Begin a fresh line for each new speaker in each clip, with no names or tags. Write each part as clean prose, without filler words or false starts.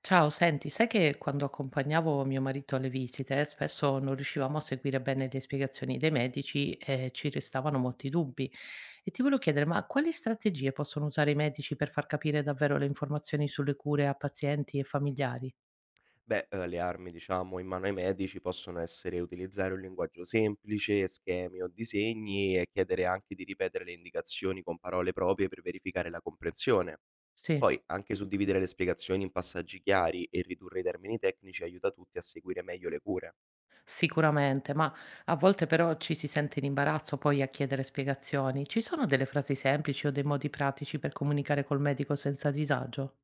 Ciao, senti, sai che quando accompagnavo mio marito alle visite, spesso non riuscivamo a seguire bene le spiegazioni dei medici e ci restavano molti dubbi. E ti volevo chiedere, ma quali strategie possono usare i medici per far capire davvero le informazioni sulle cure a pazienti e familiari?
Beh, le armi diciamo in mano ai medici possono essere utilizzare un linguaggio semplice, schemi o disegni e chiedere anche di ripetere le indicazioni con parole proprie per verificare la comprensione.
Sì,
Poi anche suddividere le spiegazioni in passaggi chiari e ridurre i termini tecnici aiuta tutti a seguire meglio le cure.
sicuramente, ma a volte però ci si sente in imbarazzo poi a chiedere spiegazioni. Ci sono delle frasi semplici o dei modi pratici per comunicare col medico senza disagio?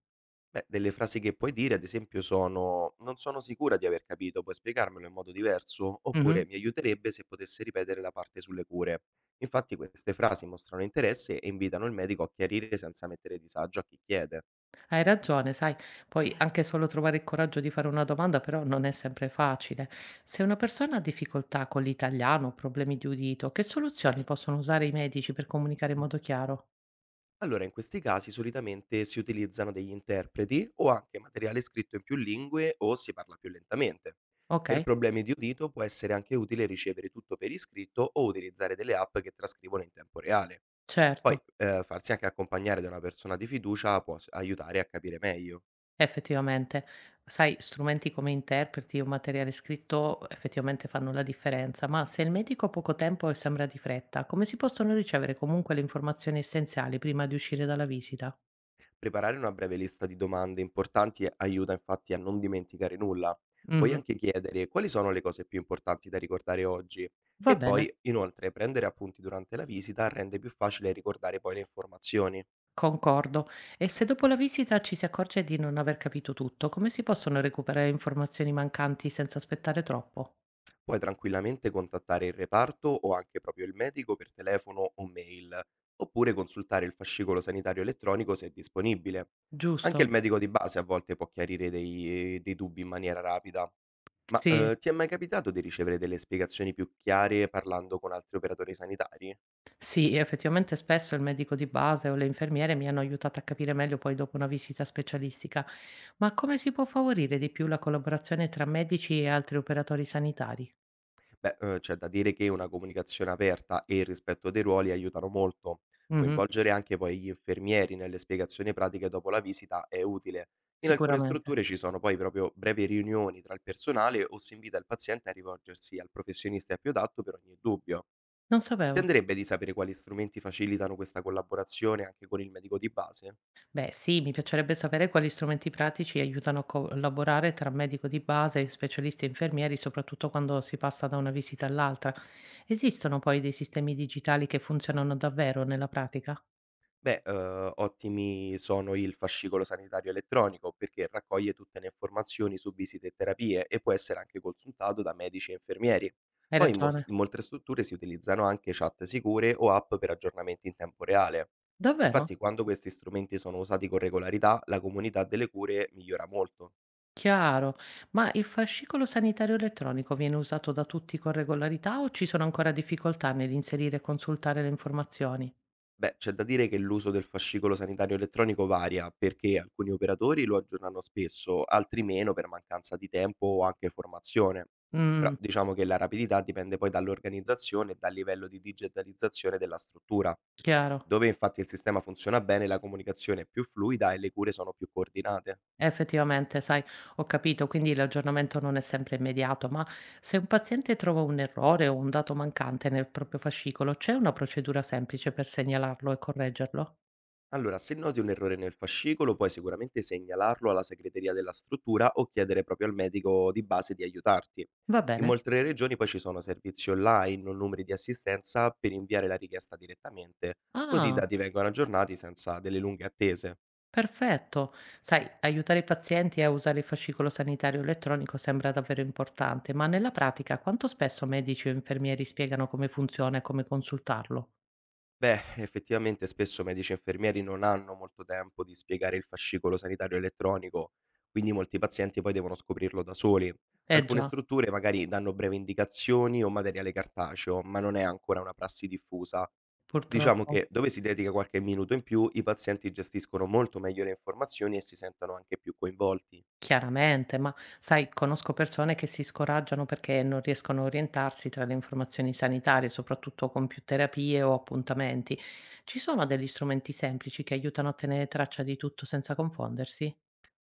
Beh, delle frasi che puoi dire ad esempio sono: "Non sono sicura di aver capito, puoi spiegarmelo in modo diverso?"
Mhm.
Oppure: "Mi aiuterebbe se potessi ripetere la parte sulle cure." Infatti queste frasi mostrano interesse e invitano il medico a chiarire senza mettere disagio a chi chiede.
Hai ragione, sai, poi anche solo trovare il coraggio di fare una domanda però non è sempre facile. Se una persona ha difficoltà con l'italiano, problemi di udito, che soluzioni possono usare i medici per comunicare in modo chiaro?
Allora, in questi casi solitamente si utilizzano degli interpreti o anche materiale scritto in più lingue o si parla più lentamente.
Ok,
Per problemi di udito può essere anche utile ricevere tutto per iscritto o utilizzare delle app che trascrivono in tempo reale.
certo,
Poi farsi anche accompagnare da una persona di fiducia aiutare a capire meglio.
effettivamente. Sai, strumenti come interpreti o materiale scritto effettivamente fanno la differenza, ma se il medico ha poco tempo e sembra di fretta, come si possono ricevere comunque le informazioni essenziali prima di uscire dalla visita?
Preparare una breve lista di domande importanti aiuta infatti a non dimenticare nulla. Puoi
Mhm,
anche chiedere quali sono le cose più importanti da ricordare oggi
va
e
bene.
poi inoltre prendere appunti durante la visita rende più facile ricordare poi le informazioni.
Concordo. E se dopo la visita ci si accorge di non aver capito tutto, come si possono recuperare informazioni mancanti senza aspettare troppo?
Puoi tranquillamente contattare il reparto o anche proprio il medico per telefono o mail, oppure consultare il fascicolo sanitario elettronico se è disponibile. Anche il
Giusto?
medico di base a volte può chiarire dei dubbi in maniera rapida. Ma
Sì,
ti è mai capitato di ricevere delle spiegazioni più chiare parlando con altri operatori sanitari?
sì, effettivamente spesso il medico di base o le infermiere mi hanno aiutato a capire meglio poi dopo una visita specialistica. Ma come si può favorire di più la collaborazione tra medici e altri operatori sanitari?
Beh, c'è da dire che una comunicazione aperta e il rispetto dei ruoli aiutano molto.
Mhm,
Coinvolgere anche poi gli infermieri nelle spiegazioni pratiche dopo la visita è utile. In alcune
sicuramente.
strutture ci sono poi proprio brevi riunioni tra il personale o si invita il paziente a rivolgersi al professionista più adatto per ogni dubbio.
Non
Ti
sapevo.
andrebbe di sapere quali strumenti facilitano questa collaborazione anche con il medico di base?
Beh, sì, mi piacerebbe sapere quali strumenti pratici aiutano a collaborare tra medico di base, specialisti e infermieri, soprattutto quando si passa da una visita all'altra. Esistono poi dei sistemi digitali che funzionano davvero nella pratica?
Beh, ottimi sono il fascicolo sanitario elettronico, perché raccoglie tutte le informazioni su visite e terapie e può essere anche consultato da medici e infermieri.
Hai
Poi
ragione.
in molte strutture si utilizzano anche chat sicure o app per aggiornamenti in tempo reale.
Davvero?
Infatti, quando questi strumenti sono usati con regolarità, la comunità delle cure migliora molto.
Chiaro. Ma il fascicolo sanitario elettronico viene usato da tutti con regolarità o ci sono ancora difficoltà nell'inserire e consultare le informazioni?
Beh, c'è da dire che l'uso del fascicolo sanitario elettronico varia, perché alcuni operatori lo aggiornano spesso, altri meno per mancanza di tempo o anche formazione. Però
Mm,
diciamo che la rapidità dipende poi dall'organizzazione e dal livello di digitalizzazione della struttura,
chiaro.
dove infatti il sistema funziona bene, la comunicazione è più fluida e le cure sono più coordinate.
Effettivamente, sai, ho capito, quindi l'aggiornamento non è sempre immediato, ma se un paziente trova un errore o un dato mancante nel proprio fascicolo, c'è una procedura semplice per segnalarlo e correggerlo?
Allora, se noti un errore nel fascicolo, puoi sicuramente segnalarlo alla segreteria della struttura o chiedere proprio al medico di base di aiutarti.
Va
In
bene?
molte regioni poi ci sono servizi online o numeri di assistenza per inviare la richiesta direttamente, così i
Ah,
dati vengono aggiornati senza delle lunghe attese.
perfetto. Sai, aiutare i pazienti a usare il fascicolo sanitario elettronico sembra davvero importante, ma nella pratica quanto spesso medici o infermieri spiegano come funziona e come consultarlo?
Beh, effettivamente spesso medici e infermieri non hanno molto tempo di spiegare il fascicolo sanitario elettronico, quindi molti pazienti poi devono scoprirlo da soli.
Eh
Alcune
già,
strutture magari danno brevi indicazioni o materiale cartaceo, ma non è ancora una prassi diffusa. Diciamo
purtroppo.
che dove si dedica qualche minuto in più, i pazienti gestiscono molto meglio le informazioni e si sentono anche più coinvolti.
Chiaramente, ma sai, conosco persone che si scoraggiano perché non riescono a orientarsi tra le informazioni sanitarie, soprattutto con più terapie o appuntamenti. Ci sono degli strumenti semplici che aiutano a tenere traccia di tutto senza confondersi?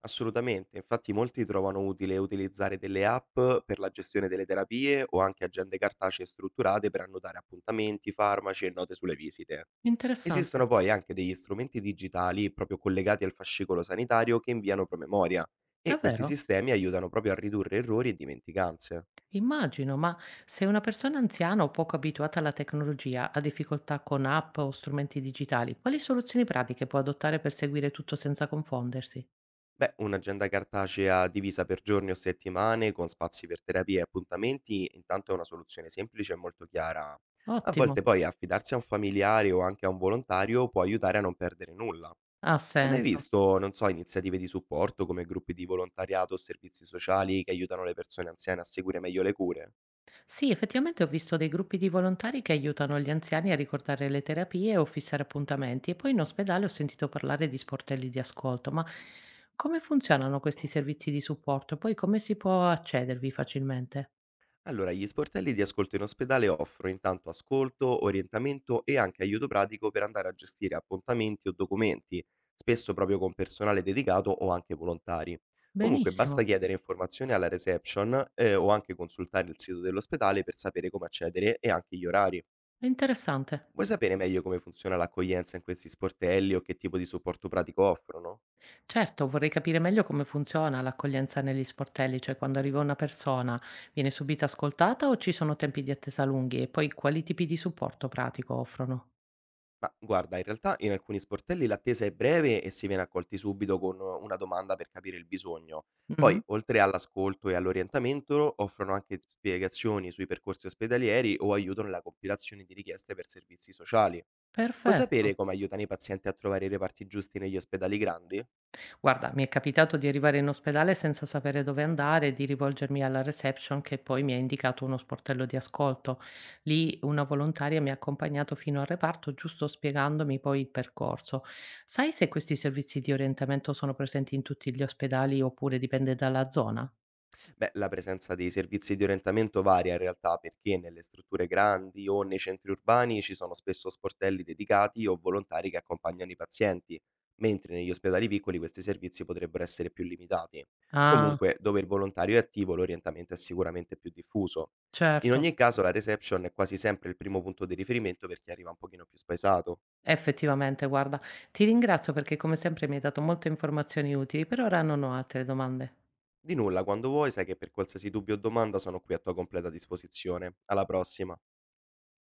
Assolutamente, infatti molti trovano utile utilizzare delle app per la gestione delle terapie o anche agende cartacee strutturate per annotare appuntamenti, farmaci e note sulle visite.
Interessante,
Esistono poi anche degli strumenti digitali proprio collegati al fascicolo sanitario che inviano promemoria e questi
davvero?
sistemi aiutano proprio a ridurre errori e dimenticanze.
Immagino, ma se una persona anziana o poco abituata alla tecnologia ha difficoltà con app o strumenti digitali, quali soluzioni pratiche può adottare per seguire tutto senza confondersi?
Beh, un'agenda cartacea divisa per giorni o settimane, con spazi per terapie e appuntamenti, intanto è una soluzione semplice e molto chiara. A
Ottimo,
volte poi affidarsi a un familiare o anche a un volontario può aiutare a non perdere nulla.
ha
Hai mai
senso.
visto, non so, iniziative di supporto come gruppi di volontariato o servizi sociali che aiutano le persone anziane a seguire meglio le cure?
Sì, effettivamente ho visto dei gruppi di volontari che aiutano gli anziani a ricordare le terapie o fissare appuntamenti e poi in ospedale ho sentito parlare di sportelli di ascolto, ma come funzionano questi servizi di supporto? E poi come si può accedervi facilmente?
Allora, gli sportelli di ascolto in ospedale offrono intanto ascolto, orientamento e anche aiuto pratico per andare a gestire appuntamenti o documenti, spesso proprio con personale dedicato o anche volontari. Comunque
Benissimo,
basta chiedere informazioni alla reception o anche consultare il sito dell'ospedale per sapere come accedere e anche gli orari.
è interessante.
Vuoi sapere meglio come funziona l'accoglienza in questi sportelli o che tipo di supporto pratico offrono?
Certo, vorrei capire meglio come funziona l'accoglienza negli sportelli, cioè quando arriva una persona viene subito ascoltata o ci sono tempi di attesa lunghi e poi quali tipi di supporto pratico offrono?
Ma guarda, in realtà in alcuni sportelli l'attesa è breve e si viene accolti subito con una domanda per capire il bisogno. Poi,
Mhm,
oltre all'ascolto e all'orientamento, offrono anche spiegazioni sui percorsi ospedalieri o aiutano nella compilazione di richieste per servizi sociali. Vuoi
perfetto.
sapere come aiutano i pazienti a trovare i reparti giusti negli ospedali grandi?
Guarda, mi è capitato di arrivare in ospedale senza sapere dove andare e di rivolgermi alla reception che poi mi ha indicato uno sportello di ascolto. Lì una volontaria mi ha accompagnato fino al reparto, giusto spiegandomi poi il percorso. Sai se questi servizi di orientamento sono presenti in tutti gli ospedali oppure dipende dalla zona?
Beh, la presenza dei servizi di orientamento varia in realtà perché nelle strutture grandi o nei centri urbani ci sono spesso sportelli dedicati o volontari che accompagnano i pazienti, mentre negli ospedali piccoli questi servizi potrebbero essere più limitati.
Ah,
Comunque, dove il volontario è attivo, l'orientamento è sicuramente più diffuso. In
certo.
ogni caso, la reception è quasi sempre il primo punto di riferimento per chi arriva un pochino più spaesato.
Effettivamente, guarda, ti ringrazio perché come sempre mi hai dato molte informazioni utili, per ora non ho altre domande.
Di nulla, quando vuoi, sai che per qualsiasi dubbio o domanda sono qui a tua completa disposizione. Alla prossima!